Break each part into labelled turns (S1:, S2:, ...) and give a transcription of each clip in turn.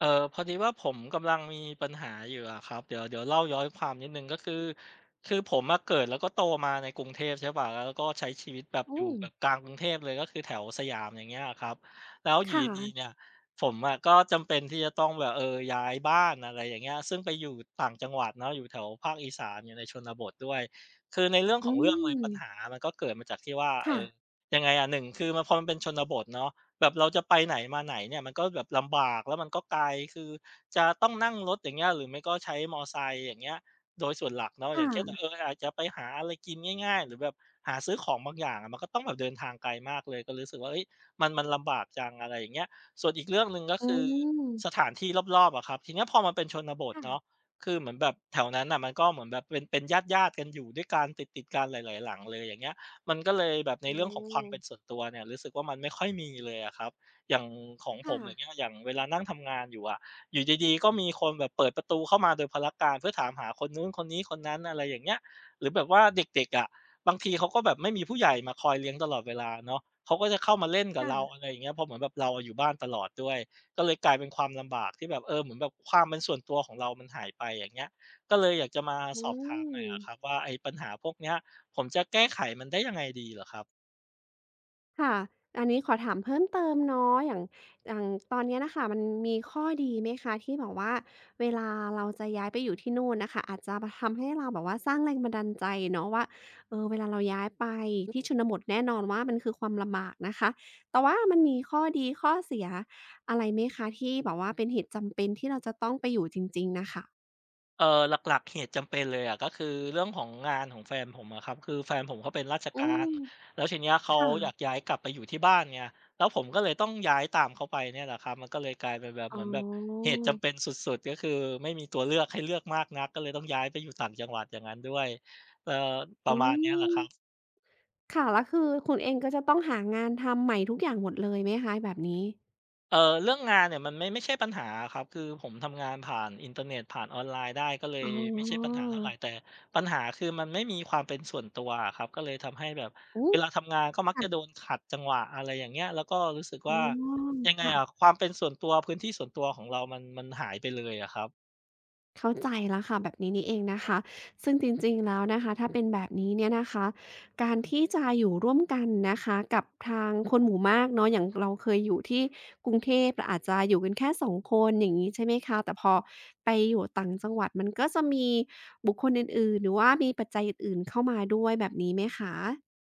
S1: เออพอดีว่าผมกำลังมีปัญหาอยู่อะครับเดี๋ยวเล่าย้อนความนิดนึงก็คือผมมาเกิดแล้วก็โตมาในกรุงเทพใช่ป่ะแล้วก็ใช้ชีวิตแบบอยู่
S2: อืม
S1: แบบกลางกรุงเทพเลยก็คือแถวสยามอย่างเงี้ยอะครับแล้วอ
S2: ค
S1: ยู่ดีๆ
S2: ่ะ
S1: เนี่ยผมอะก็จำเป็นที่จะต้องแบบย้ายบ้านอะไรอย่างเงี้ยซึ่งไปอยู่ต่างจังหวัดเนาะอยู่แถวภาคอีสานอยู่ในชนบทด้วยคือในเรื่อง
S2: อื
S1: ของ
S2: ม
S1: เลยปัญหามันก็เกิดมาจากที่ว่า
S2: ค่ะ
S1: ยังไงอะหนึ่งคือมันพอมันเป็นชนบทเนาะ แบบเราจะไปไหนมาไหนเนี่ยมันก็แบบลำบากแล้วมันก็ไกลคือจะต้องนั่งรถอย่างเงี้ยหรือไม่ก็ใช้มอไซค์อย่างเงี้ยโดยส่วนหลักเนาะอย่างเช่น
S2: ค่ะ
S1: อาจจะไปหาอะไรกินง่ายๆหรือแบบหาซื้อของบางอย่างอะมันก็ต้องแบบเดินทางไกลมากเลยก็รู้สึกว่าเฮ้ยมันลำบากจังอะไรอย่างเงี้ยส่วนอีกเรื่องหนึ่งก็
S2: อื
S1: คือส
S2: ม
S1: ถานที่รอบๆอะครับทีเนี้ยพอมันเป็นชนบท
S2: ค่ะ
S1: เนาะคือเหมือนแบบแถวนั้นน่ะมันก็เหมือนแบบเป็นญาติๆกันอยู่ด้วยกันติดๆกันหลายๆหลังเลยอย่างเงี้ย มันก็เลยแบบใน
S2: โอ้
S1: เรื่องของความเป็นส่วนตัวเนี่ยรู้สึกว่ามันไม่ค่อยมีเลยอะครับอย่างของผมอย่างเงี้
S2: ค่ะ
S1: ยอย่างเวลานั่งทำงานอยู่อะอยู่ดีๆก็มีคนแบบเปิดประตูเข้ามาโดยพลการเพื่อถามหาคนนู้นคนนี้คนนั้นอะไรอย่างเงี้ยหรือแบบว่าเด็กๆอะบางทีเขาก็แบบไม่มีผู้ใหญ่มาคอยเลี้ยงตลอดเวลาเนาะเขาก็จะเข้ามาเล่นกับเรา
S2: ค่ะ
S1: อะไรอย่างเงี้ยเพราะเหมือนแบบเราอะอยู่บ้านตลอดด้วยก็เลยกลายเป็นความลำบากที่แบบเหมือนแบบความเป็นส่วนตัวของเรามันหายไปอย่างเงี้ยก็เลยอยากจะมา
S2: อื
S1: สอบถามหน่อยอะครับ
S2: ม
S1: ว่าไอ้ปัญหาพวกเนี้ย ผมจะแก้ไขมันได้ยังไงดีเหรอครับ
S2: ค่ะอันนี้ขอถามเพิ่มเติมเนาะอย่างอย่างตอนเนี้ยน่ะค่ะมันมีข้อดีไหมคะที่แบบว่าเวลาเราจะย้ายไปอยู่ที่นู่นน่ะค่ะอาจจะมาทำให้เราแบบว่าสร้างแรงบันดาลใจเนาะว่าเวลาเราย้ายไปที่ชนบทแน่นอนว่ามันคือความลำบากนะคะแต่ว่ามันมีข้อดีข้อเสียอะไรไหมคะที่แบบว่าเป็นเหตุจำเป็นที่เราจะต้องไปอยู่จริงๆน่ะค่ะ
S1: หลักๆเหตุจำเป็นเลยอะก็คือเรื่องของงานของแฟนผมอะครับคือแฟนผมเขาเป็นราช
S2: อื
S1: กา
S2: ม
S1: รแล้วทีเนี้ยเขา
S2: ค่ะ
S1: อยากย้ายกลับไปอยู่ที่บ้านไงแล้วผมก็เลยต้องย้ายตามเขาไปเนี่ยแหละครับมันก็เลยกลายเป็นแบบ
S2: อ๋
S1: เหมือนแบบเห
S2: อ
S1: ตุจำเป็นสุดๆก็คือไม่มีตัวเลือกให้เลือกมากนักก็เลยต้องย้ายไปอยู่ต่างจังหวัดอย่างงั้นด้วยเอ่อป
S2: อื
S1: ระมาณเนี้ยแหละ
S2: ม
S1: ครับ
S2: ค่ะแล้วคือคุณเองก็จะต้องหางานทำใหม่ทุกอย่างหมดเลยไหมคะแบบนี้
S1: เออเรื่องงานเนี่ยมันไม่ใช่ปัญหาครับคือผมทำงานผ่านอินเทอร์เน็ตผ่านออนไลน์ได้ก็เลย
S2: อ๋
S1: ไม่ใช่ปัญ
S2: อ
S1: หาเท่าไหรแต่ปัญหาคือมันไม่มีความเป็นส่วนตัวอะครับก็เลยทำให้แบบ
S2: อู้
S1: เวลาทำงานก็มัก
S2: ค่ะ
S1: จะโดนขัดจังหวะอะไรอย่างเงี้ยแล้วก็รู้สึก
S2: อ๋อ
S1: ว่ายังไง
S2: ค่ะ
S1: อะความเป็นส่วนตัวพื้นที่ส่วนตัวของเรามันหายไปเลยอะครับ
S2: เข้าใจแล้วค่ะแบบนี้นี่เองนะคะซึ่งจริงๆแล้วนะคะถ้าเป็นแบบนี้เนี่ยนะคะการที่จะอยู่ร่วมกันนะคะกับทางคนหมู่มากเนาะอย่างเราเคยอยู่ที่กรุงเทพเราอาจจะอยู่กันแค่สองคนอย่างงี้ใช่ไหมคะแต่พอไปอยู่ต่างจังหวัดมันก็จะมีบุคคลอื่นๆหรือว่ามีปัจจัยอื่นๆเข้ามาด้วยแบบนี้ไหมคะ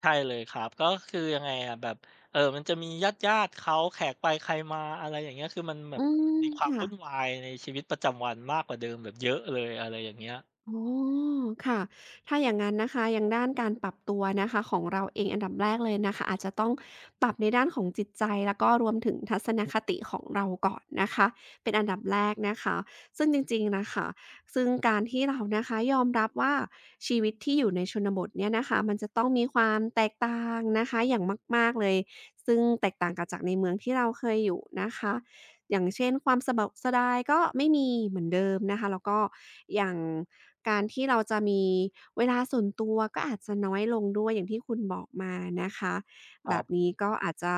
S1: ใช่เลยครับก็คือยังไงอะแบบมันจะมีญาติๆเขาแขกไปใครมาอะไรอย่างเงี้ยคือมันแบ
S2: อื
S1: บ
S2: ม
S1: มีความ
S2: ค่ะ
S1: วุ่นวายในชีวิตประจำวันมากกว่าเดิมแบบเยอะเลยอะไรอย่างเงี้ย
S2: อ๋อค่ะถ้าอย่างนั้นนะคะอย่างด้านการปรับตัวนะคะของเราเองอันดับแรกเลยนะคะอาจจะต้องปรับในด้านของจิตใจแล้วก็รวมถึงทัศนคติของเราก่อนนะคะ เป็นอันดับแรกนะคะ ซึ่งจริงๆน่ะค่ะซึ่งการที่เรานะคะยอมรับว่าชีวิตที่อยู่ในชนบทเนี่ยนะคะ มันจะต้องมีความแตกต่างนะคะ อย่างมากๆเลยซึ่งแตกต่างกับจากในเมืองที่เราเคยอยู่นะคะ อย่างเช่นความสะบาสะดายก็ไม่มีเหมือนเดิมนะคะแล้วก็อย่างการที่เราจะมีเวลาส่วนตัวก็อาจจะน้อยลงด้วยอย่างที่คุณบอกมานะคะ
S1: ค
S2: แบ
S1: รั
S2: บ
S1: บ
S2: นี้ก็อาจจะ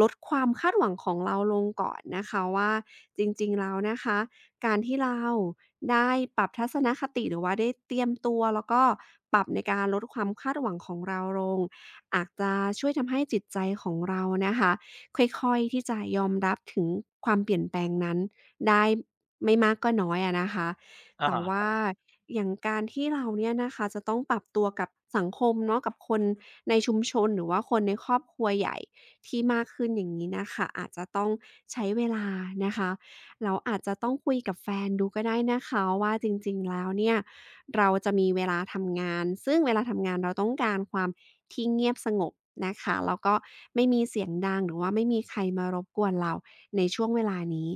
S2: ลดความคาดหวังของเราลงก่อนนะคะว่าจริงๆแล้วนะคะการที่เราได้ปรับทัศนคติหรือว่าได้เตรียมตัวแล้วก็ปรับในการลดความคาดหวังของเราลงอาจจะช่วยทำให้จิตใจของเรานะคะ ค่อยๆที่จะยอมรับถึงความเปลี่ยนแปลงนั้นได้ไม่มากก็น้อยอะนะคะแต่
S1: อา
S2: ว่าอย่างการที่เราเนี่ยนะคะจะต้องปรับตัวกับสังคมเนาะกับคนในชุมชนหรือว่าคนในครอบครัวใหญ่ที่มากขึ้นอย่างงี้น่ะค่ะอาจจะต้องใช้เวลานะคะแล้วอาจจะต้องคุยกับแฟนดูก็ได้นะคะว่าจริงๆแล้วเนี่ย เราจะมีเวลาทำงานซึ่งเวลาทำงานเราต้องการความที่เงียบสงบนะคะแล้วก็ไม่มีเสียงดังหรือว่าไม่มีใครมารบกวนเราในช่วงเวลานี้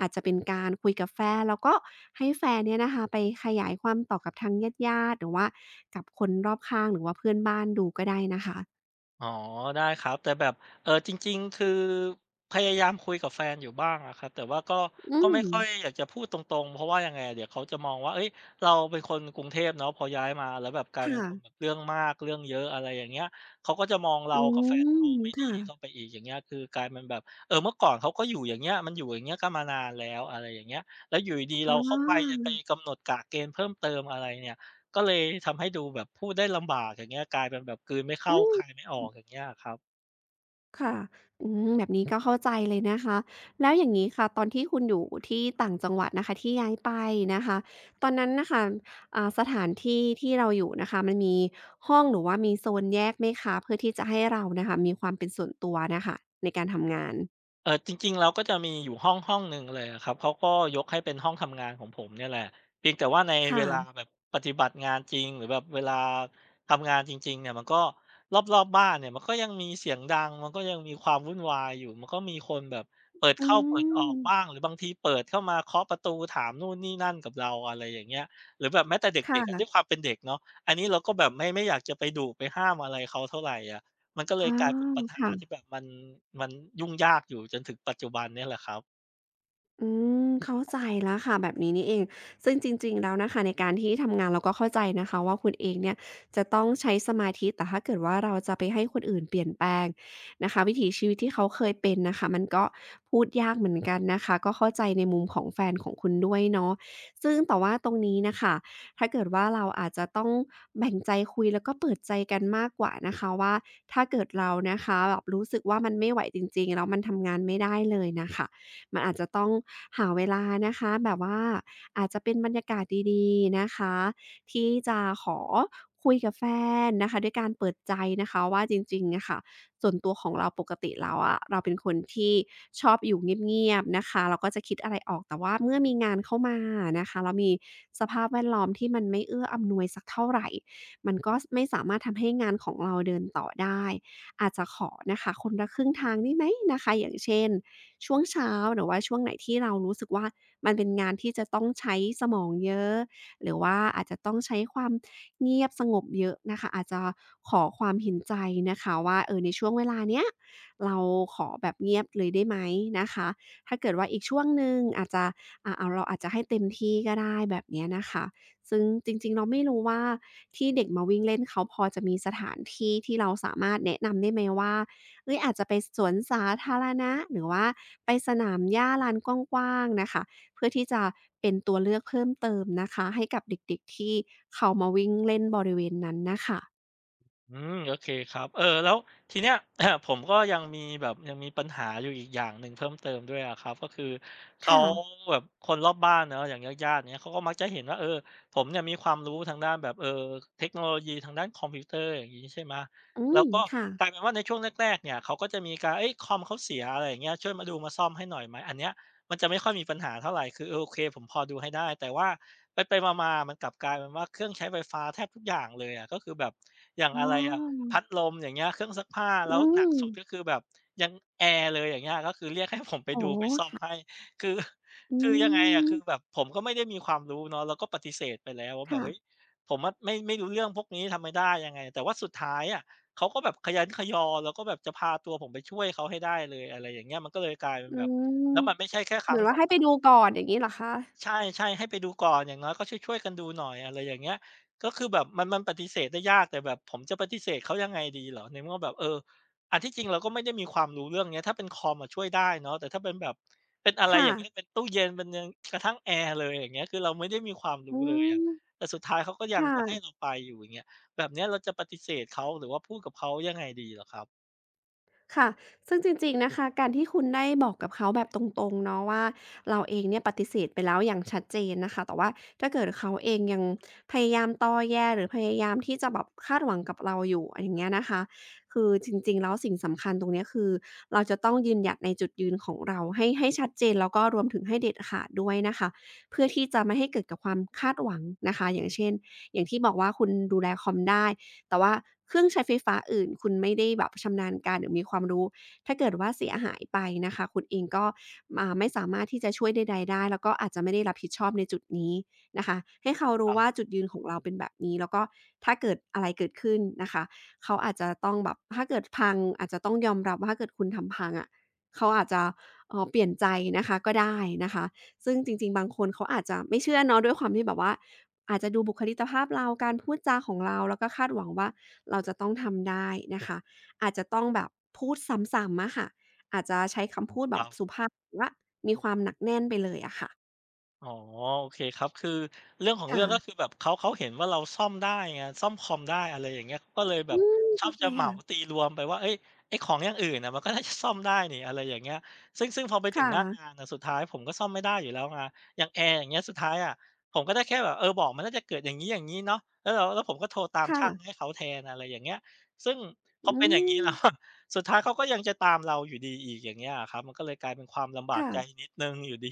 S2: อาจจะเป็นการคุยกับแฟนแล้วก็ให้แฟนเนี่ยนะคะไปขยายความต่อกับทางญาติๆหรือว่ากับคนรอบข้างหรือว่าเพื่อนบ้านดูก็ได้นะคะ
S1: อ๋อได้ครับแต่แบบจริงๆคือพยายามคุยกับแฟนอยู่บ้างอะครับแต่ว่าก็
S2: อื
S1: ก็ไม่
S2: ม
S1: ค่อยอยากจะพูดตรงๆเพราะว่ายังไงอะเดี๋ยวเขาจะมองว่าเฮ้ยเราเป็นคนกรุงเทพเนาะพอย้ายมาแล้วแบบกลายเป็น
S2: ค่ะ
S1: คนแบบเรื่องมากเรื่องเยอะอะไรอย่างเงี้ยเขาก็จะมองเรา
S2: อื
S1: กับแฟน
S2: ม
S1: เราไม่ดี
S2: ค่ะ
S1: เข้าไปอีกอย่างเงี้ยคือกลายเป็นแบบเมื่อก่อนเขาก็อยู่อย่างเงี้ยมันอยู่อย่างเงี้ยกันมานานแล้วอะไรอย่างเงี้ยแล้วอยู่ดีๆ
S2: อ๋
S1: เราเข้าไปจะ
S2: อ
S1: ไปกำหนดกะเกณฑ์เพิ่มเติมอะไรเนี่ย ก็เลยทำให้ดูแบบพูดได้ลำบากอย่างเงี้ยกลายเป็นแบบกลืนไม่
S2: อื
S1: เข้าคายไม่ออก
S2: ม
S1: อย่างเงี้ยอะครับ
S2: ค่ะอืมแบบนี้ก็เข้าใจเลยนะคะแล้วอย่างงี้ค่ะตอนที่คุณอยู่ที่ต่างจังหวัดนะคะที่ย้ายไปนะคะตอนนั้นน่ะค่ะสถานที่ที่เราอยู่นะคะมันมีห้องหรือว่ามีโซนแยกไหมคะเพื่อที่จะให้เราน่ะค่ะมีความเป็นส่วนตัวน่ะค่ะในการทำงาน
S1: จริงๆเราก็จะมีอยู่ห้องหนึ่งเลยครับเขาก็ยกให้เป็นห้องทำงานของผมเนี่ยแหละเพียงแต่ว่าในเว
S2: ค่ะ
S1: ลาแบบปฏิบัติงานจริงหรือแบบเวลาทำงานจริงๆเนี่ยมันก็รอบๆบ้านเนี่ยมันก็ยังมีเสียงดังมันก็ยังมีความวุ่นวายอยู่มันก็มีคนแบบเปิด
S2: อื
S1: เข้าเปิดออกบ้าง
S2: ม
S1: หรือบางทีเปิดเข้ามาเคาะประตูถามนู่นนี่นั่นกับเราอะไรอย่างเงี้ยหรือแบบแม้แต่
S2: ค่
S1: เด็กๆอะ
S2: ะ
S1: ด้วยความเป็นเด็กเนาะอันนี้เราก็แบบไม่อยากจะไปดุไปห้ามอะไรเขาเท่าไหรอะ มันก็เล
S2: อ๋
S1: ย
S2: อ
S1: กลายเป็นปัญหาที่
S2: ค่ะ
S1: แบบมันยุ่งยากอยู่จนถึงปัจจุบันเนี่ยแหละครับ
S2: อืมเข้าใจแล้วค่ะแบบนี้นี่เองซึ่งจริงๆแล้วนะคะในการที่ทำงานเราก็เข้าใจนะคะว่าคุณเองเนี่ยจะต้องใช้สมาธิแต่ถ้าเกิดว่าเราจะไปให้คนอื่นเปลี่ยนแปลงนะคะวิถีชีวิตที่เขาเคยเป็นน่ะค่ะมันก็พูดยากเหมือนกันนะคะก็เข้าใจในมุมของแฟนของคุณด้วยเนาะซึ่งแต่ว่าตรงนี้น่ะค่ะถ้าเกิดว่าเราอาจจะต้องแบ่งใจคุยแล้วก็เปิดใจกันมากกว่านะคะว่าถ้าเกิดเรานะคะแบบรู้สึกว่ามันไม่ไหวจริงๆแล้วมันทำงานไม่ได้เลยน่ะค่ะ มันอาจจะต้องหาเวลานะคะแบบว่าอาจจะเป็นบรรยากาศดีๆนะคะที่จะขอคุยกับแฟนนะคะด้วยการเปิดใจนะคะว่าจริงๆอะค่ะส่วนตัวของเราปกติแล้วอะเราเป็นคนที่ชอบอยู่เงียบๆนะคะเราก็จะคิดอะไรออกแต่ว่าเมื่อมีงานเข้ามานะคะแล้วมีสภาพแวดล้อมที่มันไม่เอื้ออำนวยสักเท่าไรมันก็สไม่สามารถทำให้งานของเราเดินต่อได้อาจจะขอนะคะคนละครึ่งทางได้ไหมนะคะอย่างเช่น ช่วงเช้าหรือว่าช่วงไหนที่เรารู้สึกว่ามันเป็นงานที่จะต้องใช้สมองเยอะหรือว่าอาจจะต้องใช้ความเงียบสงบเยอะนะคะอาจจะขอความเห็นใจนะคะว่าในช่วงเวลาเนี้ยเราขอแบบเงียบเลยได้ไหมนะคะถ้าเกิดว่าอีกช่วงหนึ่งอาจจะเราอาจจะให้เต็มที่ก็ได้แบบเนี้ยนะคะซึ่งจริงๆเราไม่รู้ว่าที่เด็กมาวิ่งเล่นเขาพอจะมีสถานที่ที่เราสามารถแนะนำได้ไหมว่า เฮ้ยอาจจะไปสวนสาธารณะหรือว่าไปสนามหญ้าลานกว้างๆน่ะค่ะเพื่อที่จะเป็นตัวเลือกเพิ่มเติมนะคะให้กับเด็กๆที่เขามาวิ่งเล่นบริเวณนั้นน่ะค่ะ
S1: อืมโอเคครับเออแล้วทีเนี้ย ผมก็ยังมีแบบยังมีปัญหาอยู่อีกอย่างหนึ่งเพิ่มเติมด้วยอะครับก็คือเขา
S2: ค่ะ
S1: แบบคนรอบบ้านเนาะอย่างญาติๆเงี้ยเขาก็มักจะเห็นว่าเออผมเนี่ยมีความรู้ทางด้านแบบเทคโนโลยีทางด้านคอมพิวเตอร์อย่างงี้ใช่ไหม
S2: อื
S1: แล้ว
S2: ม
S1: ก็
S2: ค่ะ
S1: กลายเป็นว่าในช่วงแรกๆเนี่ยเขาก็จะมีการเฮ้ยคอมเขาเสียอะไรอย่างเงี้ยช่วยมาดูมาซ่อมให้หน่อยไหมอันเนี้ยมันจะไม่ค่อยมีปัญหาเท่าไรคือเออโอเคผมพอดูให้ได้แต่ว่า ไปมาๆมันกลับกลายเป็นว่าเครื่องใช้ไฟฟ้าแทบทุกอย่างเลยอะก็คือแบบอย่าง
S2: อ๋
S1: อะไรอะ
S2: อ
S1: พัดลมอย่างเงี้ยเครื่องซักผ้า
S2: อื
S1: แล้วหนัก
S2: ม
S1: สุดก็คือแบบยังแอร์เลยอย่างเงี้ยก็คือเรียกให้ผมไป
S2: โอ้
S1: ดู
S2: โฮ
S1: ไปซ่อมให้
S2: ค่ะ
S1: คือ
S2: อื
S1: คือยังไงอะ
S2: ม
S1: คือแบบผมก็ไม่ได้มีความรู้เนาะแล้วก็ปฏิเสธไปแล้วว่าแบบ
S2: ค่ะ
S1: เฮ้ยผมอะไม่รู้เรื่องพวกนี้ทำไม่ได้ยังไงแต่ว่าสุดท้ายอะเขาก็แบบขยันขยอแล้วก็แบบจะพาตัวผมไปช่วยเขาให้ได้เลยอะไรอย่างเงี้ยมันก็เลยกลายเป็น
S2: อื
S1: แบบ
S2: ม
S1: แล้วมันไม่ใช่แค่ค
S2: เห
S1: รั้
S2: มื
S1: ง
S2: อนว่า
S1: 2
S2: ให้
S1: ค
S2: ไป
S1: รัง
S2: ดูก่อนอย่างงี้เหรอคะ
S1: ใช่ๆให้ไปดูก่อนอย่างน้อยก็ช่วยๆกันดูหน่อยอะไรอย่างเงี้ยก็คือแบบมันปฏิเสธได้ยากแต่แบบผมจะปฏิเสธเขายังไงดีเหรอในเมื่อแบบเอออันที่จริงเราก็ไม่ได้มีความรู้เรื่องเนี้ยถ้าเป็นคอมอะช่วยได้เนาะแต่ถ้าเป็นแบบเป็นอะไรอ
S2: ค่ะ
S1: ย่างเงี้ยเป็นตู้เย็นเป็นยังกระทั่งแอร์เลยอย่างเงี้ยคือเราไม่ได้มีความ
S2: อื
S1: รู้เลยอะ
S2: ม
S1: แต่สุดท้ายเขาก็ยัง
S2: ค่ะ
S1: จะให้เราไปอยู่อย่างเงี้ยแบบเนี้ยเราจะปฏิเสธเขาหรือว่าพูดกับเขายังไงดีเหรอครับ
S2: ค่ะซึ่งจริงๆนะคะการที่คุณได้บอกกับเขาแบบตรงๆเนาะว่าเราเองเนี่ยปฏิเสธไปแล้วอย่างชัดเจนนะคะแต่ว่าถ้าเกิดเขาเองยังพยายามตอแยหรือพยายามที่จะแบบคาดหวังกับเราอยู่อย่างเงี้ยนะคะคือจริงๆแล้วสิ่งสำคัญตรงเนี้ยคือเราจะต้องยืนหยัดในจุดยืนของเราให้ชัดเจนแล้วก็รวมถึงให้เด็ดขาดด้วยนะคะเพื่อที่จะไม่ให้เกิดกับความคาดหวังนะคะอย่างเช่นอย่างที่บอกว่าคุณดูแลคอมได้ แต่ว่าเครื่องใช้ไฟฟ้าอื่นคุณไม่ได้แบบชำนาญการหรือมีความรู้ถ้าเกิดว่าเสียหายไปนะคะคุณเองก็ไม่สามารถที่จะช่วยใดๆได้แล้วก็อาจจะไม่ได้รับผิดชอบในจุดนี้นะคะให้เขา
S1: ค
S2: รู้
S1: รับ
S2: ว่าจุดยืนของเราเป็นแบบนี้แล้วก็ถ้าเกิดอะไรเกิดขึ้นนะคะเขาอาจจะต้องแบบถ้าเกิดพังอาจจะต้องยอมรับว่าถ้าเกิดคุณทำพังอะเขาอาจจะเปลี่ยนใจนะคะก็ได้นะคะ ซึ่งจริงๆบางคนเขาอาจจะไม่เชื่อเนาะด้วยความที่แบบว่าอาจจะดูบุคลิกภาพเราการพูดจาของเราแล้วก็คาดหวังว่าเราจะต้องทำได้นะคะอาจจะต้องแบบพูดซ้ำๆอะค่ะอาจจะใช้คำพูดแบ
S1: ค
S2: บ
S1: รับ
S2: สุภาพหรือว่ามีความหนักแน่นไปเลยอะค่ะ
S1: อ๋อโอเคครับคือเรื่องของเรื่องก็คือ
S2: ค่ะ
S1: แบบเขาเห็นว่าเราซ่อมได้ไงซ่อมคอมได้อะไรอย่างเงี้ยก็เลยแบ
S2: อื
S1: บ
S2: ม
S1: ชอบ
S2: เข้าใจ
S1: จะเหมา
S2: ค่ะ
S1: ตีรวมไปว่าเฮ้ยไอ้ของอย่างอื่นน่ะมันก็น่าจะซ่อมได้นี่อะไรอย่างเงี้ยซึ่งพอไปถึง
S2: ค่ะ
S1: หน้างานน่ะสุดท้ายผมก็ซ่อมไม่ได้อยู่แล้วไงอย่างแอร์อย่างเงี้ยสุดท้ายอะผมก็ได้แค่แบบเออบอกมันน่าจะเกิดอย่างงี้อย่างงี้เนาะแล้วผมก็โทรตาม
S2: ค่ะ
S1: ช่างให้เขาแทนอะไรอย่างเงี้ยซึ่งพอ
S2: อื
S1: เป็นอย่างงี้
S2: ม
S1: แล้ว สุดท้ายเขาก็ยังจะตามเราอยู่ดีอีกอย่างเงี้ยอะครับมันก็เลยกลายเป็นความลำบากใจ
S2: ค่ะ
S1: นิดหนึ่งอยู่ดี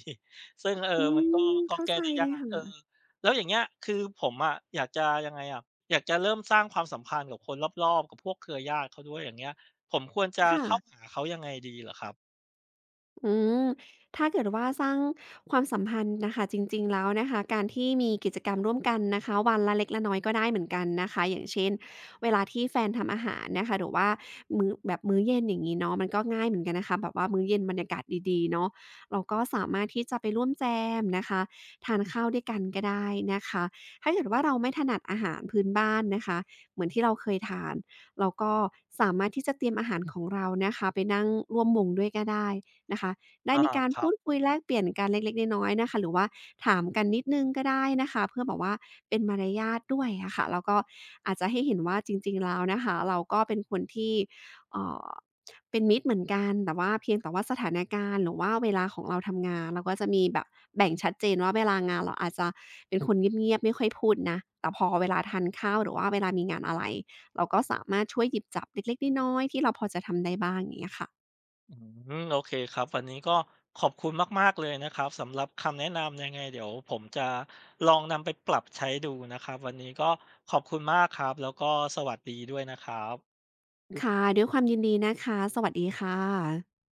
S1: ซึ่งเอ
S2: อื
S1: อมันก็
S2: ม
S1: ก็
S2: เข้า
S1: แก้
S2: ใจ
S1: ได้
S2: เล
S1: ยา
S2: ย
S1: กเออ
S2: ค่ะ
S1: แล้วอย่างเงี้ยคือผมอะอยากจะยังไงอะอยากจะเริ่มสร้างความสัมพันธ์กับคนรอบๆกับพวกเครือญาติเขาด้วยอย่างเงี้ยผมควรจะ
S2: ค่ะ
S1: เข้าหาเขายังไงดีเหรอครับ
S2: อืมถ้าเกิดว่าสร้างความสัมพันธ์นะคะจริงๆแล้วนะคะการที่มีกิจกรรมร่วมกันนะคะวันละเล็กละน้อยก็ได้เหมือนกันนะคะอย่างเช่นเวลาที่แฟนทำอาหารนะคะหรือว่ามื้อแบบมื้อเย็นอย่างนี้เนาะมันก็ง่ายเหมือนกันนะคะแบบว่ามื้อเย็นบรรยากาศดีๆเนาะเราก็สามารถที่จะไปร่วมแจมนะคะทานข้าวด้วยกันก็ได้นะคะถ้าเกิดว่าเราไม่ถนัดอาหารพื้นบ้านนะคะเหมือนที่เราเคยทานเราก็สามารถที่จะเตรียมอาหารของเรานะคะไปนั่งร่วมวงด้วยก็ได้ นะคะได้
S1: อา
S2: มีการ
S1: ครั
S2: พู
S1: บ
S2: ดคุยแลกเปลี่ยนกันเล็กๆน้อยๆนะคะหรือว่าถามกันนิดหนึ่งก็ได้นะคะเพื่อแบบว่าเป็นมารยาทด้วยอะค่ะแล้วก็อาจจะให้เห็นว่าจริงๆแล้วนะคะเราก็เป็นคนที่เอ่อเป็นมิตรเหมือนกันแต่ว่าเพียงแต่ว่าสถานการณ์หรือว่าเวลาของเราทำงานเราก็จะมีแบบแบ่งชัดเจนว่าเวลางานเราอาจจะเป็นคนเงียบๆไม่ค่อยพูดนะแต่พอเวลาทานข้าวหรือว่าเวลามีงานอะไรเราก็สามารถช่วยหยิบจับเล็กๆน้อยๆที่เราพอจะทำได้บ้างอย่างเงี้ยค่ะ
S1: อืมโอเคครับวันนี้ก็ขอบคุณมากๆเลยนะครับสำหรับคำแนะนำยังไงเดี๋ยวผมจะลองนำไปปรับใช้ดูนะครับวันนี้ก็ขอบคุณมากครับแล้วก็สวัสดีด้วยนะครับ
S2: ค่ะด้วยความยินดีนะคะสวัสดีค่ะ